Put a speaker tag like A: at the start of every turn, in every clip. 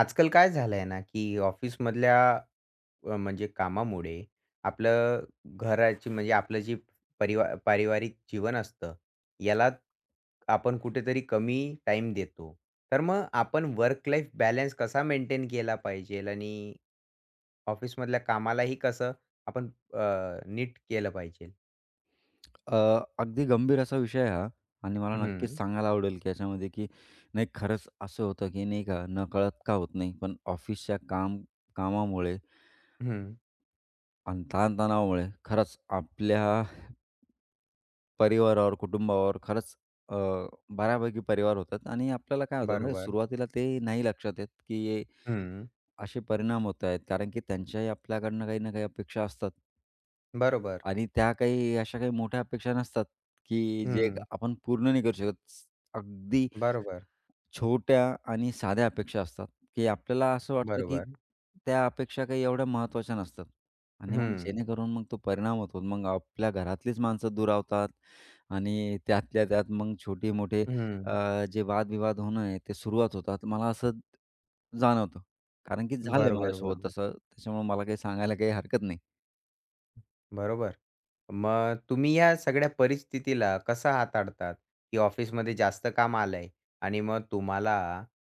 A: आजकाल काय झालंय ना, की ऑफिसमधल्या म्हणजे कामामुळे आपलं घराची म्हणजे आपलं जे पारिवारिक जीवन असतं, याला आपण कुठेतरी कमी टाइम देतो. तर मग आपण वर्क लाईफ बॅलन्स कसा मेंटेन केला पाहिजेल आणि ऑफिसमधल्या कामालाही कसं आपण नीट केलं पाहिजेल?
B: अ, अगदी गंभीर असा विषय आहे हा आणि मला नक्कीच
A: हं,
B: सांगायला आवडेल, की याच्यामध्ये की नाही खरंच असं होतं, की नाही का नकळत का होत नाही, पण ऑफिसच्या कामामुळे
A: हं.
B: आणि ताणतणावामुळे खरंच आपल्या परिवारावर, कुटुंबावर खरंच अ, बऱ्यापैकी परिवार होतात आणि आपल्याला काय होतं ना,
A: बरोबर.
B: सुरुवातीला ते नाही लक्षात येत, की हे
A: हं.
B: असे परिणाम होत आहेत. कारण की त्यांच्याही आपल्याकडनं काही ना काही अपेक्षा असतात
A: बरोबर.
B: आणि त्या काही अशा काही मोठ्या अपेक्षा नसतात, की जे
A: हं.
B: आपण पूर्ण नाही करू शकत. अगदी
A: बरोबर.
B: छोट्या आणि साध्या अपेक्षा असतात, की आपल्याला असं वाटतं, की
A: बरोबर.
B: त्या अपेक्षा काही एवढ्या महत्त्वाच्या नसतात आणि मग
A: हं.
B: जेणेकरून मग तो परिणाम होतो. मग आपल्या घरातलीच माणसं दुरावतात आणि त्यातल्या त्यात मग छोटे-मोठे
A: हं.
B: जे वादविवाद होणं आहे, ते सुरुवात होतात. मला असं जाणवतं. कारण की झालंय
A: बरोबर,
B: माझ्यासोबत
A: बरोबर.
B: तसं. त्याच्यामुळे मला काही सांगायला काही हरकत नाही.
A: बरोबर. मग तुम्ही या सगळ्या परिस्थितीला कसं हाताळतात? की ऑफिसमध्ये जास्त काम आलंय आणि मग तुम्हाला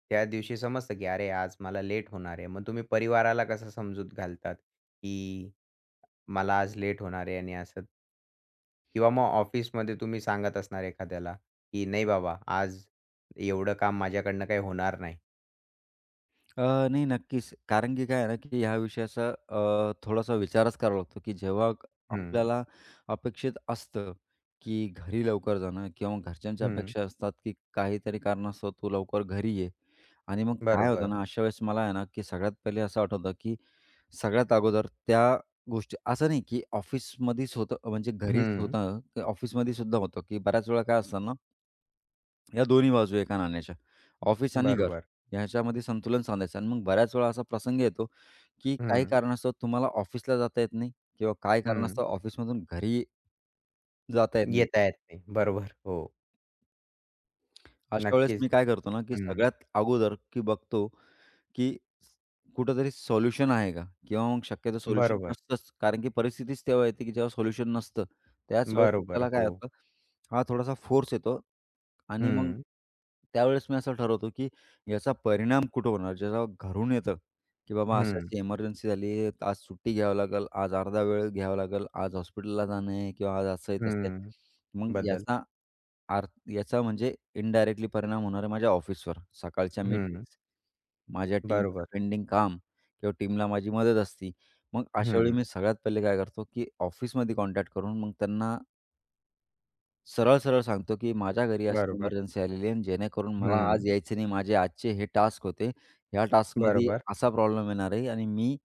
A: त्या दिवशी समजतं की "अरे, आज मला लेट होणार आहे." मग तुम्ही परिवाराला कसं समजूत घालतात? की "मला आज लेट होणार आहे" आणि असं? किंवा मग ऑफिसमध्ये तुम्ही सांगत असणार एखाद्याला, की "नाही बाबा, आज एवढं काम माझ्याकडनं काही होणार नाही."
B: अ, नाही नक्कीच. कारण की काय आहे ना, की ह्या विषयाचा थोडासा विचारच करावा लागतो, की जेव्हा
A: हं,
B: आपल्याला अपेक्षित असतं, की घरी लवकर जाणं किंवा मग घरच्यांच्या
A: हं.
B: अपेक्षा असतात, की काहीतरी कारणास्तव तू लवकर घरी ये. आणि मग काय होतं
A: बरोबर.
B: ना, अशा वेळेस मला आहे ना, की सगळ्यात पहिले असं आठवतं, की सगळ्यात अगोदर त्या गोष्टी असं नाही, की ऑफिसमध्येच होतं म्हणजे घरीच
A: हं.
B: होतं, ऑफिसमध्ये सुद्धा होतं, की बऱ्याच वेळा काय असतं ना या दोन्ही बाजू एका नाण्याच्या. ऑफिस आणि हो. घर
A: बरोबर.
B: ह्याच्यामध्ये संतुलन साधायचं आणि मग बऱ्याच वेळा असा प्रसंग येतो, की काही
A: हं,
B: कारणास्तव तुम्हाला ऑफिसला जाता येत नाही किंवा काही
A: हं.
B: कारणास्तव ऑफिसमधून घरी जाता येत नाही.
A: येता येत नाही. बरोबर. हो.
B: अशा वेळेस
A: नक्कीच.
B: मी काय करतो ना, की
A: हं.
B: सगळ्यात अगोदर की बघतो की कुठेतरी सोल्युशन आहे का? किंवा मग शक्यतो सोल्युशन
A: बरोबर,
B: नसतंच. कारण की परिस्थितीच तेव्हा येते की जेव्हा सोल्युशन नसतं. त्याच वेळेस
A: बरोबर.
B: आपल्याला काय
A: हो.
B: होतं, हा थोडासा फोर्स येतो आणि मग
A: हं,
B: त्यावेळेस मी असं ठरवतो की याचा परिणाम कुठं होणार? जेव्हा घरून येतं की बाबा
A: हं,
B: अशी-अशी इमर्जन्सी झाली, आज सुट्टी घ्यावी लागेल, आज अर्धा वेळ घ्यावा लागेल, आज हॉस्पिटलला जाणं आहे किंवा आज असं आहे, तसं आहे.
A: हं.
B: मग
A: बदल.
B: याचा अर्थ याचा म्हणजे इनडायरेक्टली परिणाम होणार आहे माझ्या ऑफिसवर. सकाळच्या
A: हं.
B: मीटिंग्स माझ्या टीमचं
A: बरोबर.
B: पेंडिंग काम किंवा टीमला माझी मदत असती. मग अशा वेळी
A: हं.
B: मी सगळ्यात पहिले काय करतो, की ऑफिसमध्ये कॉन्टॅक्ट करून मग त्यांना सरळ-सरळ सांगतो, की माझ्या घरी अशी
A: बरोबर.
B: इमर्जन्सी आलेली आहे आणि जेणेकरून मला
A: हं.
B: आज यायचं नाही. माझे आजचे हे टास्क होते. ह्या टास्कमध्ये
A: बरोबर.
B: असा प्रॉब्लेम येणार आहे आणि मी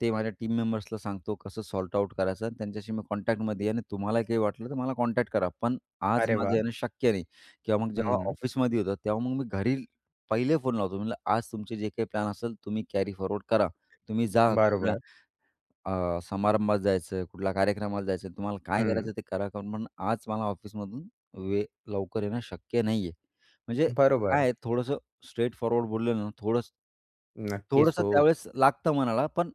B: ते माझ्या टीम मेंबर्सला सांगतो कसं सॉर्ट आउट करायचं आणि त्यांच्याशी मी कॉन्टॅक्टमध्ये आहे आणि तुम्हाला काही वाटलं तर मला कॉन्टॅक्ट करा. पण आज
A: अरे
B: माझं
A: वाह!
B: येणं शक्य नाही किंवा मग जेव्हा
A: हं.
B: ऑफिसमध्ये होतं, तेव्हा मग मी घरी पहिले फोन लावतो. म्हणलं, "आज तुमचे जे काही प्लॅन असेल तुम्ही कॅरी फॉरवर्ड करा. तुम्ही जा कुठल्या
A: बरोबर.
B: समारंभात जायचं, कुठल्या कार्यक्रमाला जायचं, तुम्हाला काय
A: हं.
B: करायचं ते करा. कारण पण आज मला ऑफिसमधून वे लवकर येणं शक्य नाही आहे. म्हणजे काय
A: बरोबर.
B: आहे थोडंसं स्ट्रेट फॉरवर्ड बोललं ना, थोडंसं
A: नक्कीच.
B: थोडंसं
A: हो.
B: त्यावेळेस लागतं मनाला, पण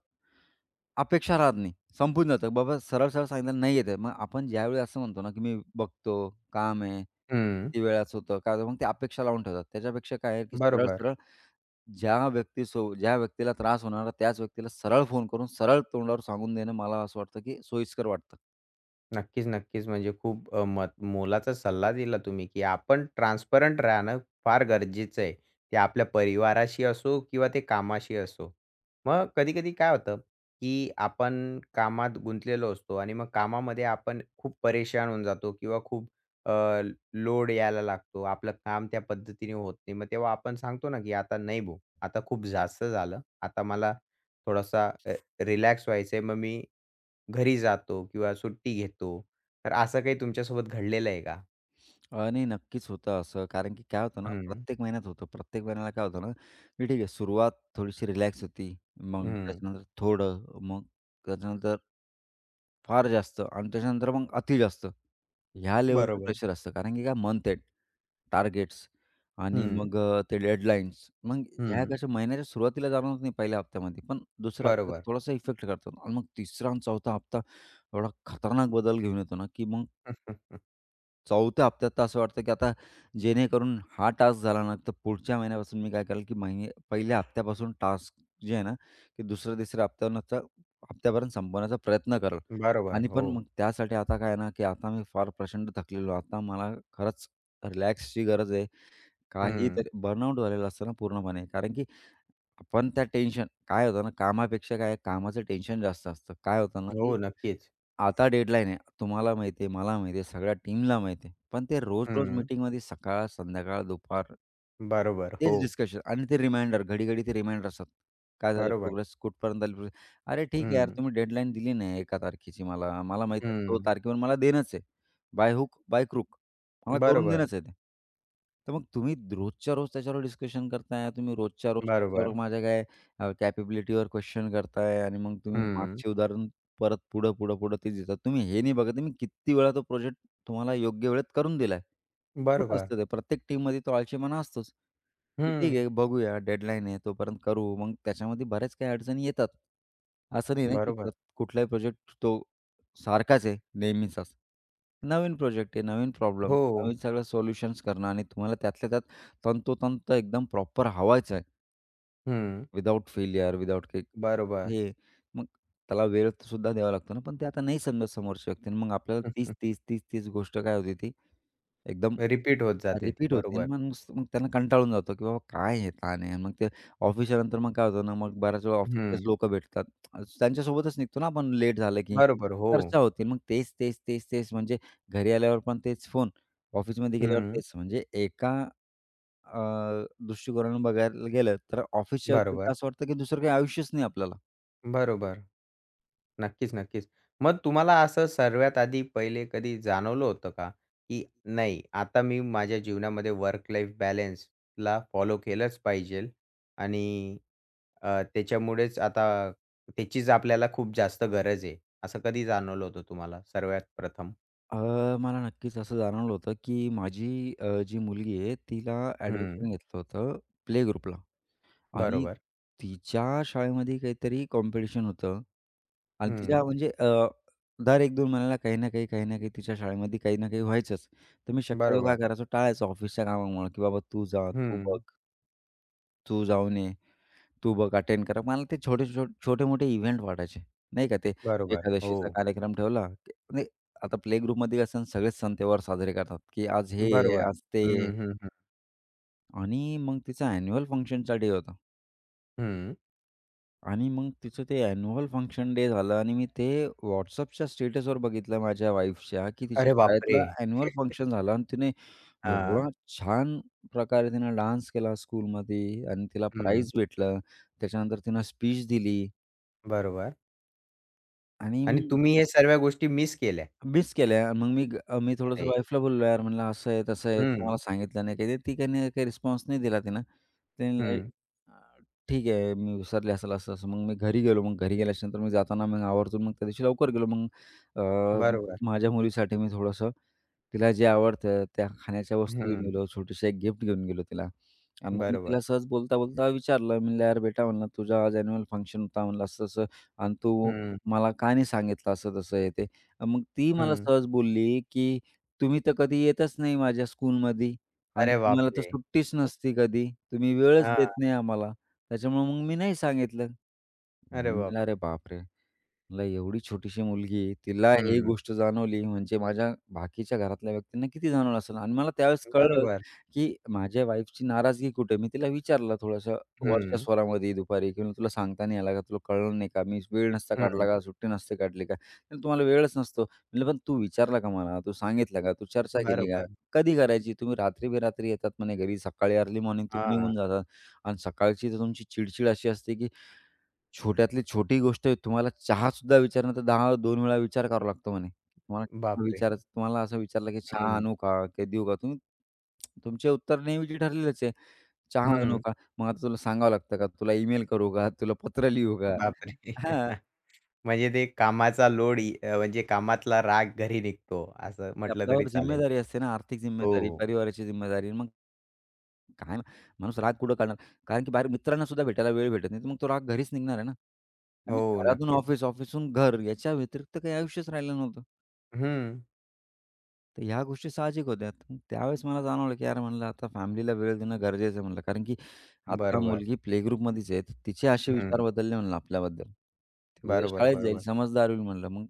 B: अपेक्षा राहत नाही. संपून जातं. बाबा सरळ-सरळ सांगितलं नाही येत मग आपण ज्यावेळी असं म्हणतो ना, की मी बघतो, काम आहे,
A: हं.
B: किती वेळाचं होतं, काय होतं, मग ते अपेक्षा लावून ठेवतात. त्याच्यापेक्षा काय आहे, की
A: बरोबर.
B: सरळ-सरळ ज्या व्यक्तीला त्रास होणार, त्याच व्यक्तीला सरळ फोन करून सरळ तोंडावर सांगून देणं मला असं वाटतं, की सोयीस्कर वाटतं.
A: नक्कीच, नक्कीच. म्हणजे खूप मत मोलाचा सल्ला दिला तुम्ही, की आपण ट्रान्सपरंट राहणं फार गरजेचं आहे. ते आपल्या परिवाराशी असो किंवा ते कामाशी असो. मग कधी-कधी काय होतं, की आपण कामात गुंतलेलो असतो आणि मग कामामध्ये आपण खूप परेशान होऊन जातो किंवा खूप अ, लोड यायला लागतो. आपलं काम त्या पद्धतीने होत नाही. मग तेव्हा आपण सांगतो ना, की "आता नाही भाऊ, आता खूप जास्त झालं. आता मला थोडासा रिलॅक्स व्हायचंय." मग मी घरी जातो किंवा सुट्टी घेतो. तर असं काही तुमच्यासोबत घडलेलं आहे का?
B: आणि नक्कीच होतं असं. कारण की काय होतं ना,
A: हं,
B: प्रत्येक महिन्यात होतं. प्रत्येक महिन्याला काय होतं ना, की ठीक आहे सुरुवात थोडीशी रिलॅक्स होती. मग
A: हं.
B: त्याच्यानंतर थोडं, मग त्याच्यानंतर फार जास्त आणि त्याच्यानंतर मग अति जास्त. ह्या लेव्हलचं
A: बरोबर.
B: प्रेशर असतं. कारण की काय मंथ एंड. टार्गेट्स आणि
A: हं,
B: मग ते डेडलाईन्स. मग ह्या
A: हं.
B: कशा महिन्याच्या सुरुवातीला जाणवत नाही पहिल्या हप्त्यामध्ये, पण दुसऱ्या हप्त्यात
A: बरोबर.
B: थोडासा इफेक्ट करतात आणि मग तिसरा आणि चौथा हप्ता एवढा खतरनाक बदल घेऊन येतो ना, की मग चौथ्या हप्त्यात तर असं वाटतं, की आता जेणेकरून हा टास्क झाला ना, तर पुढच्या महिन्यापासून मी काय करेल, की महिने पहिल्या हप्त्यापासून टास्क जे आहे ना, की दुसऱ्या-तिसऱ्या हप्त्यानंतर हप्त्यापर्यंत संपवण्याचा प्रयत्न करेल.
A: बरोबर.
B: आणि पण
A: हो.
B: मग त्यासाठी आता काय आहे ना, की आता मी फार प्रचंड थकलेलो आहे. आता मला खरंच रिलॅक्सची गरज आहे.
A: हं.
B: काहीतरी बर्नआउट झालेला असतो ना पूर्णपणे. कारण की आपण त्या टेन्शन काय होतं ना, कामापेक्षा काय कामाचं टेन्शन जास्त असतं. काय होतं ना,
A: हो,
B: की
A: नक्कीच.
B: आता डेडलाईन आहे. तुम्हाला माहिती आहे, मला माहिती आहे, सगळ्या टीमला माहिती आहे. पण ते रोज-रोज
A: हं.
B: मीटिंगमध्ये सकाळ, संध्याकाळ, दुपार
A: बरोबर. हो.
B: तेच डिस्कशन आणि ते रिमाइंडर, घडी-घडी ते रिमाइंडर असतात. काय झालं
A: बरोबर.
B: प्रोग्रेस? कुठपर्यंत आली प्रोग्रेस? अरे ठीक आहे यार,
A: हं,
B: तुम्ही डेडलाईन दिली नाही 1 तारखेची मला. मला माहीत आहे तो
A: हं.
B: तारखेवर मला देणंच आहे. By hook, by crook. मला करून
A: बरोबर,
B: देणंच आहे ते. तर मग तुम्ही रोजच्या रोज त्याच्यावर डिस्कशन करताय. तुम्ही रोजच्या रोज त्याच्यावर
A: बरोबर.
B: माझ्या काय कॅपेबिलिटीवर क्वेश्चन करताय आणि मग तुम्ही
A: हं.
B: मागचे उदाहरण परत पुढं, पुढं, पुढं तेच देतात. तुम्ही हे नाही बघत मी किती वेळा तो प्रोजेक्ट तुम्हाला योग्य वेळेत करून दिलाय. होत
A: बरोबर.
B: असतं ते. प्रत्येक टीममध्ये तो आळशीपणा असतोच. ठीक
A: हं.
B: आहे, बघूया डेडलाईन आहे तोपर्यंत करू. मग त्याच्यामध्ये बऱ्याच काही अडचणी येतात. असं नाही ना, की
A: बरोबर.
B: कुठलाही प्रोजेक्ट तो सारखाच आहे नेहमीचाच. नवीन प्रोजेक्ट आहे, नवीन प्रॉब्लेम,
A: हो.
B: नवीन सगळं सोल्युशन्स करणं आणि तुम्हाला त्यातल्या त्यात तंतोतंत एकदम प्रॉपर हवायचं आहे
A: हं.
B: विदाऊट फेलियर, विदाऊट काही
A: बरोबर.
B: हे. मग त्याला वेळ सुद्धा द्यावा लागतो ना, पण ते आता नाही समजत समोरच्या व्यक्तीने. मग आपल्याला तीच, तीच, तीच, तीच गोष्ट काय होती ती एकदम
A: रिपीट होत जाते ती.
B: रिपीट होते आणि
A: बरोबर.
B: मग नुसतं मग त्यांना कंटाळून जातो, की बाबा काय हे ताण आहे. मग ते ऑफिसच्या नंतर मग काय होतं ना, मग बऱ्याच वेळा ऑफिसचेच
A: हं.
B: लोकं भेटतात. आज त्यांच्यासोबतच निघतो ना आपण लेट झालं की
A: बरोबर. हो.
B: चर्चा होते. मग तेच, तेच, तेच, तेच म्हणजे घरी आल्यावर पण तेच फोन, ऑफिसमध्ये गेल्यावर
A: हं.
B: तेच. म्हणजे एका अ, दृष्टिकोनाने बघायला गेलं तर ऑफिसच्या व्यतिरिक्त
A: बरोबर,
B: असं वाटतं, की दुसरं काही आयुष्यच नाही आपल्याला.
A: बरोबर. नक्कीच, नक्कीच. मग तुम्हाला असं सर्वात आधी पहिले कधी जाणवलं होतं का, की नाही आता मी माझ्या जीवनामध्ये वर्क लाईफ बॅलन्सला फॉलो केलंच पाहिजेल आणि त्याच्यामुळेच आता त्याचीच आपल्याला खूप जास्त गरज आहे. असं कधी जाणवलं होतं तुम्हाला सर्वात प्रथम?
B: अ, मला नक्कीच असं जाणवलं होतं, की माझी जी मुलगी आहे तिला
A: हं,
B: ॲडमिशन घेतलं होतं प्ले ग्रुपला. आणि
A: बरोबर.
B: तिच्या शाळेमध्ये काहीतरी कॉम्पिटिशन होतं आणि तिच्या
A: हं,
B: म्हणजे दर 1-2 महिन्याला काही ना काही, काही ना काही तिच्या शाळेमध्ये काही ना काही व्हायचंच. तर मी शक्यतो काय
A: बरोबर.
B: करायचो टाळायचो ऑफिसच्या कामामुळं, की बाबा तू जा, तू बघ,
A: हं,
B: तू जाऊन ये, तू बघ अटेंड करा. मला ते छोटे-मोठे इव्हेंट वाटायचे, नाही का ते
A: बरोबर.
B: एकादशीचा
A: हो,
B: कार्यक्रम ठेवला, की म्हणजे आता प्ले ग्रुपमध्ये असं सगळेच सण-त्योहार साजरे करतात, की आज हे आहे,
A: बरोबर.
B: आज ते आहे
A: हं, हं, हं.
B: आणि मग तिचा अॅन्युअल फंक्शनचा डे होता.
A: हं.
B: आणि मग तिचं ते अॅन्युअल फंक्शन डे झालं आणि मी ते WhatsAppच्या स्टेटसवर बघितलं माझ्या वाईफच्या, की तिच्या
A: अरे बापरे!
B: शाळेतला अॅन्युअल फंक्शन झाला आणि तिने
A: हां.
B: एवढा छान प्रकारे तिनं डान्स केला स्कूलमध्ये आणि तिला
A: हं,
B: प्राईज भेटलं. त्याच्यानंतर तिनं स्पीच दिली
A: बरोबर.
B: आणि
A: आणि तुम्ही हे सर्व्या गोष्टी मिस केल्या.
B: मिस केल्या. मग मी मी थोडंसं
A: अरे!
B: वाईफला बोललो, "यार," म्हणलं, "असं आहे, तसं आहे, तुम्हाला
A: हं,
B: सांगितलं नाही." काही ते ती काही नाही काही रिस्पॉन्स नाही दिला तिनं. त्यांनी
A: हं.
B: अ, ठीक आहे, मी विसरले असेल असं-असं. मग मी घरी गेलो. मग घरी गेल्याच्यानंतर मी जाताना मग आवर्जून मग त्या दिवशी लवकर गेलो. मग हां.
A: बरोबर.
B: माझ्या मुलीसाठी मी थोडंसं तिला जे आवडतं त्या खाण्याच्या वस्तू घेऊन
A: हं.
B: गेलो, छोटीशी एक गिफ्ट घेऊन गेलो तिला. आणि मग मी तिला
A: बरोबर.
B: सहज बोलता-बोलता विचारलं, म्हणलं, "यार बेटा," म्हणलं, "तुझा आज ॲन्युअल फंक्शन होता," म्हणलं, "असं-असं आणि तू
A: हं,
B: मला का नाही सांगितलं असं-तसं हे ते?" आणि मग ती मला
A: हं.
B: सहज बोलली, की "तुम्ही तर कधी येतच नाही माझ्या स्कूलमध्ये आणि
A: अरे
B: तुम्हाला तर
A: बापरे!
B: सुट्टीच नसती कधी. तुम्ही वेळच देत
A: हां.
B: नाही आम्हाला. त्याच्यामुळे मग मी नाही सांगितलं."
A: अरे बाप!
B: म्हणलं, "अरे बापरे!" मला एवढी छोटीशी मुलगी आहे, तिला ही
A: हं.
B: गोष्ट जाणवली म्हणजे माझ्या बाकीच्या घरातल्या व्यक्तींना किती जाणवलं असेल आणि मला त्यावेळेस कळलं,
A: बरोबर.
B: की माझ्या वाईफची नाराजगी कुठे आहे? मी तिला विचारलं थोडंसं वरच्या
A: हं,
B: स्वरामध्ये दुपारी की "म्हणलं तुला सांगता नाही आला का? तुला कळलं नाही का? मी वेळ नसता काढला का?
A: हं.
B: सुट्टी नसते काढली का?" "नाही तुम्हाला वेळच नसतो." म्हणलं "पण तू विचारला का मला? तू सांगितलं का? तू चर्चा केली का?
A: बरोबर.
B: कधी करायची? तुम्ही रात्री-बेरात्री येतात म्हणे घरी, सकाळी अर्ली मॉर्निंग तुम्ही
A: हां.
B: निघून जातात आणि सकाळची तर तुमची चिडचिड अशी असते की छोट्यातली छोटी गोष्ट आहे. तुम्हाला चहासुद्धा विचारणं तर 10-2 वेळा विचार करावा लागतो म्हणे. तुम्हाला
A: बापरे!
B: विचारायचं तुम्हाला असं विचारलं की "चहा
A: हं,
B: आणू का? की देऊ का?" तुम्ही तुमचे उत्तर नेहमीची ठरलेलेच आहे. "चहा आणू
A: हं.
B: का?" मग आता तुला सांगावं लागतं का? तुला ईमेल करू का? तुला पत्र लिहू का?
A: बापरे!
B: हां,
A: म्हणजे ते कामाचा लोड म्हणजे कामातला राग घरी निघतो असं
B: की
A: म्हटलं तरी
B: आपल्यावर
A: चालेल.
B: जिम्मेदारी असते ना, आर्थिक जिम्मेदारी,
A: हो.
B: परिवाराची जिम्मेदारी. मग काय माणूस राग कुठं काढणार? कारण की बाहेर मित्रांना सुद्धा भेटायला वेळ भेटत नाही. तर मग तो राग घरीच निघणार आहे ना.
A: हो,
B: आणि घरातून
A: नक्कीच.
B: ऑफिस, ऑफिसहून घर याच्या व्यतिरिक्त काही आयुष्यच राहिलं नव्हतं.
A: हं.
B: तर ह्या गोष्टी साहजिक होत्या. मग त्यावेळेस मला जाणवलं, की यार म्हणलं आता फॅमिलीला वेळ देणं गरजेचं आहे म्हणलं. कारण की आता
A: बरोबर.
B: मुलगी प्लेग्रुपमध्येच आहे, तर तिचे असे विचार
A: हं.
B: बदलले म्हणलं आपल्याबद्दल. ती उद्या
A: बरोबर,
B: शाळेत जाईल,
A: बरोबर.
B: समजदार होईल म्हणलं. मग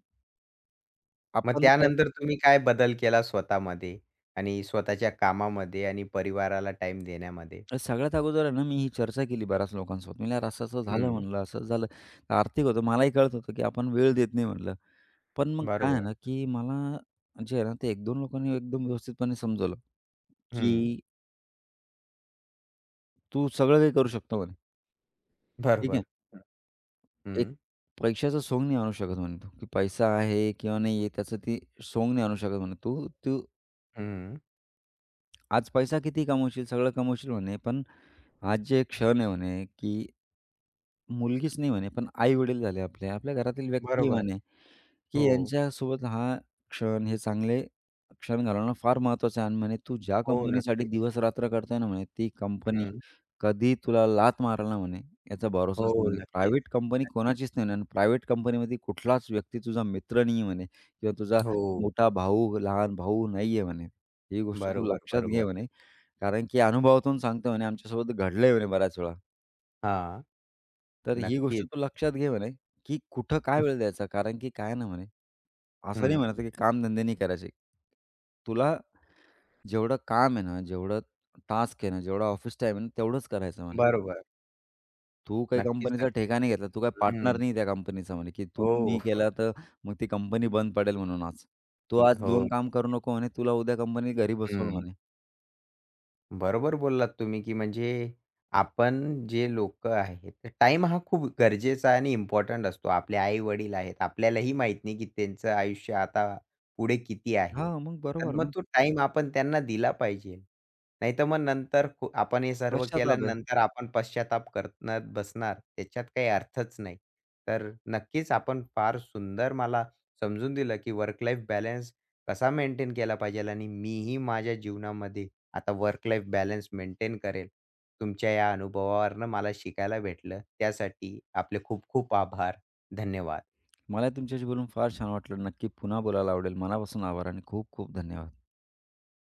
A: मग
B: आपण काय
A: त्यानंतर तुम्ही काय बदल केला स्वतःमध्ये आणि स्वतःच्या कामामध्ये आणि परिवाराला टाईम देण्यामध्ये?
B: तर सगळ्यात अगोदर आहे ना, मी ही चर्चा केली बऱ्याच लोकांसोबत. म्हणलं, "यार असं-असं झालं,"
A: हं,
B: म्हणलं, "असं झालं." तर आर्थिक होतं. मलाही कळत होतं, की आपण वेळ देत नाही म्हणलं. पण मग काय आहे
A: बरोबर.
B: ना, की मला जे आहे ना, ते 1-2 लोकांनी एकदम व्यवस्थितपणे समजवलं,
A: हं,
B: की "तू सगळं काही करू शकतो" म्हणे. "ठीक आहे."
A: बरोबर.
B: एक
A: हं,
B: पैशाचं सोंग नाही आणू शकत म्हणे तू, की पैसा आहे किंवा नाही आहे त्याचं ती सोंग नाही आणू शकत म्हणे. तू तू
A: हं,
B: आज पैसा किती कमवशील, सगळं कमवशील म्हणे, पण आज जे क्षण आहे म्हणे, की मुलगीच नाही म्हणे, पण आई-वडील झाले आपले, आपल्या घरातील व्यक्ती आहे
A: बरोबर.
B: म्हणे. की
A: हो,
B: यांच्यासोबत हा क्षण, हे चांगले क्षण घालवणं फार महत्त्वाचं आहे आणि म्हणे तू ज्या
A: हो,
B: कंपनीसाठी
A: नक्कीच.
B: दिवस-रात्र करतोय ना म्हणे, ती कंपनी
A: हं,
B: कधी तुला लाथ मारेल ना म्हणे, याचा भरोसाच नाही
A: हो,
B: म्हणे.
A: नक्कीच,
B: प्रायव्हेट कंपनी
A: नक्कीच.
B: कोणाचीच नाही म्हणे आणि प्रायव्हेट कंपनीमध्ये कुठलाच व्यक्ती तुझा मित्र नाही आहे म्हणे किंवा तुझा
A: हो,
B: मोठा भाऊ, लहान भाऊ नाही आहे म्हणे. ही गोष्ट तू
A: बरोबर,
B: लक्षात घे
A: बरोबर.
B: म्हणे, कारण की अनुभवातून सांगतो म्हणे, आमच्यासोबत घडलंय म्हणे बऱ्याच वेळा.
A: हां,
B: तर ही गोष्ट
A: नक्कीच.
B: तू लक्षात घे म्हणे, की कुठं काय वेळ द्यायचा कारण की काय ना म्हणे असं
A: हं,
B: नाही म्हणत आहे, की कामधंदे नाही करायचे. तुला जेवढं काम आहे ना, जेवढं टास्क आहे ना, जेवढा ऑफिस टाईम आहे ना, तेवढंच करायचं म्हणे.
A: बरोबर.
B: तू काही
A: नक्कीच,
B: कंपनीचा
A: नक्कीच.
B: ठेका नाही घेतला, तू काही पार्टनर
A: हं,
B: नाही त्या कंपनीचा म्हणे, की तू
A: हो,
B: नाही केला तर मग ती कंपनी बंद पडेल म्हणून आज. तू आज 2
A: हो.
B: काम करू नको म्हणे, तुला उद्या कंपनी घरी बसवल
A: हं.
B: म्हणे.
A: बरोबर बोललात तुम्ही, की म्हणजे आपण जे लोक आहेत, तर टाईम हा खूप गरजेचा आणि इम्पोर्टंट असतो. आपले आई-वडील आहेत. आपल्यालाही माहीत नाही, की त्यांचं आयुष्य आता पुढे किती आहे.
B: हो. मग
A: तर
B: बरोबर
A: मग
B: ना.
A: तो टाइम आपण त्यांना दिला पाहिजे. नाहीतर मग नंतर आपण हे सर्व
B: पश्चाताप आहे.
A: केल्यानंतर आपण पश्चाताप करत बसणार. त्याच्यात काही अर्थच नाही. तर नक्कीच आपण फार सुंदर मला समजून दिलं, की वर्क लाईफ बॅलन्स कसा मेंटेन केला पाहिजे आणि मीही माझ्या जीवनामध्ये आता वर्क लाईफ बॅलन्स मेंटेन करेल. तुमच्या या अनुभवावरून मला शिकायला भेटलं. त्यासाठी आपले खूप खूप आभार. धन्यवाद.
B: मला तुमच्याशी बोलून फार छान वाटलं. नक्की पुन्हा बोलायला आवडेल. मनापासून आभार आणि खूप खूप धन्यवाद.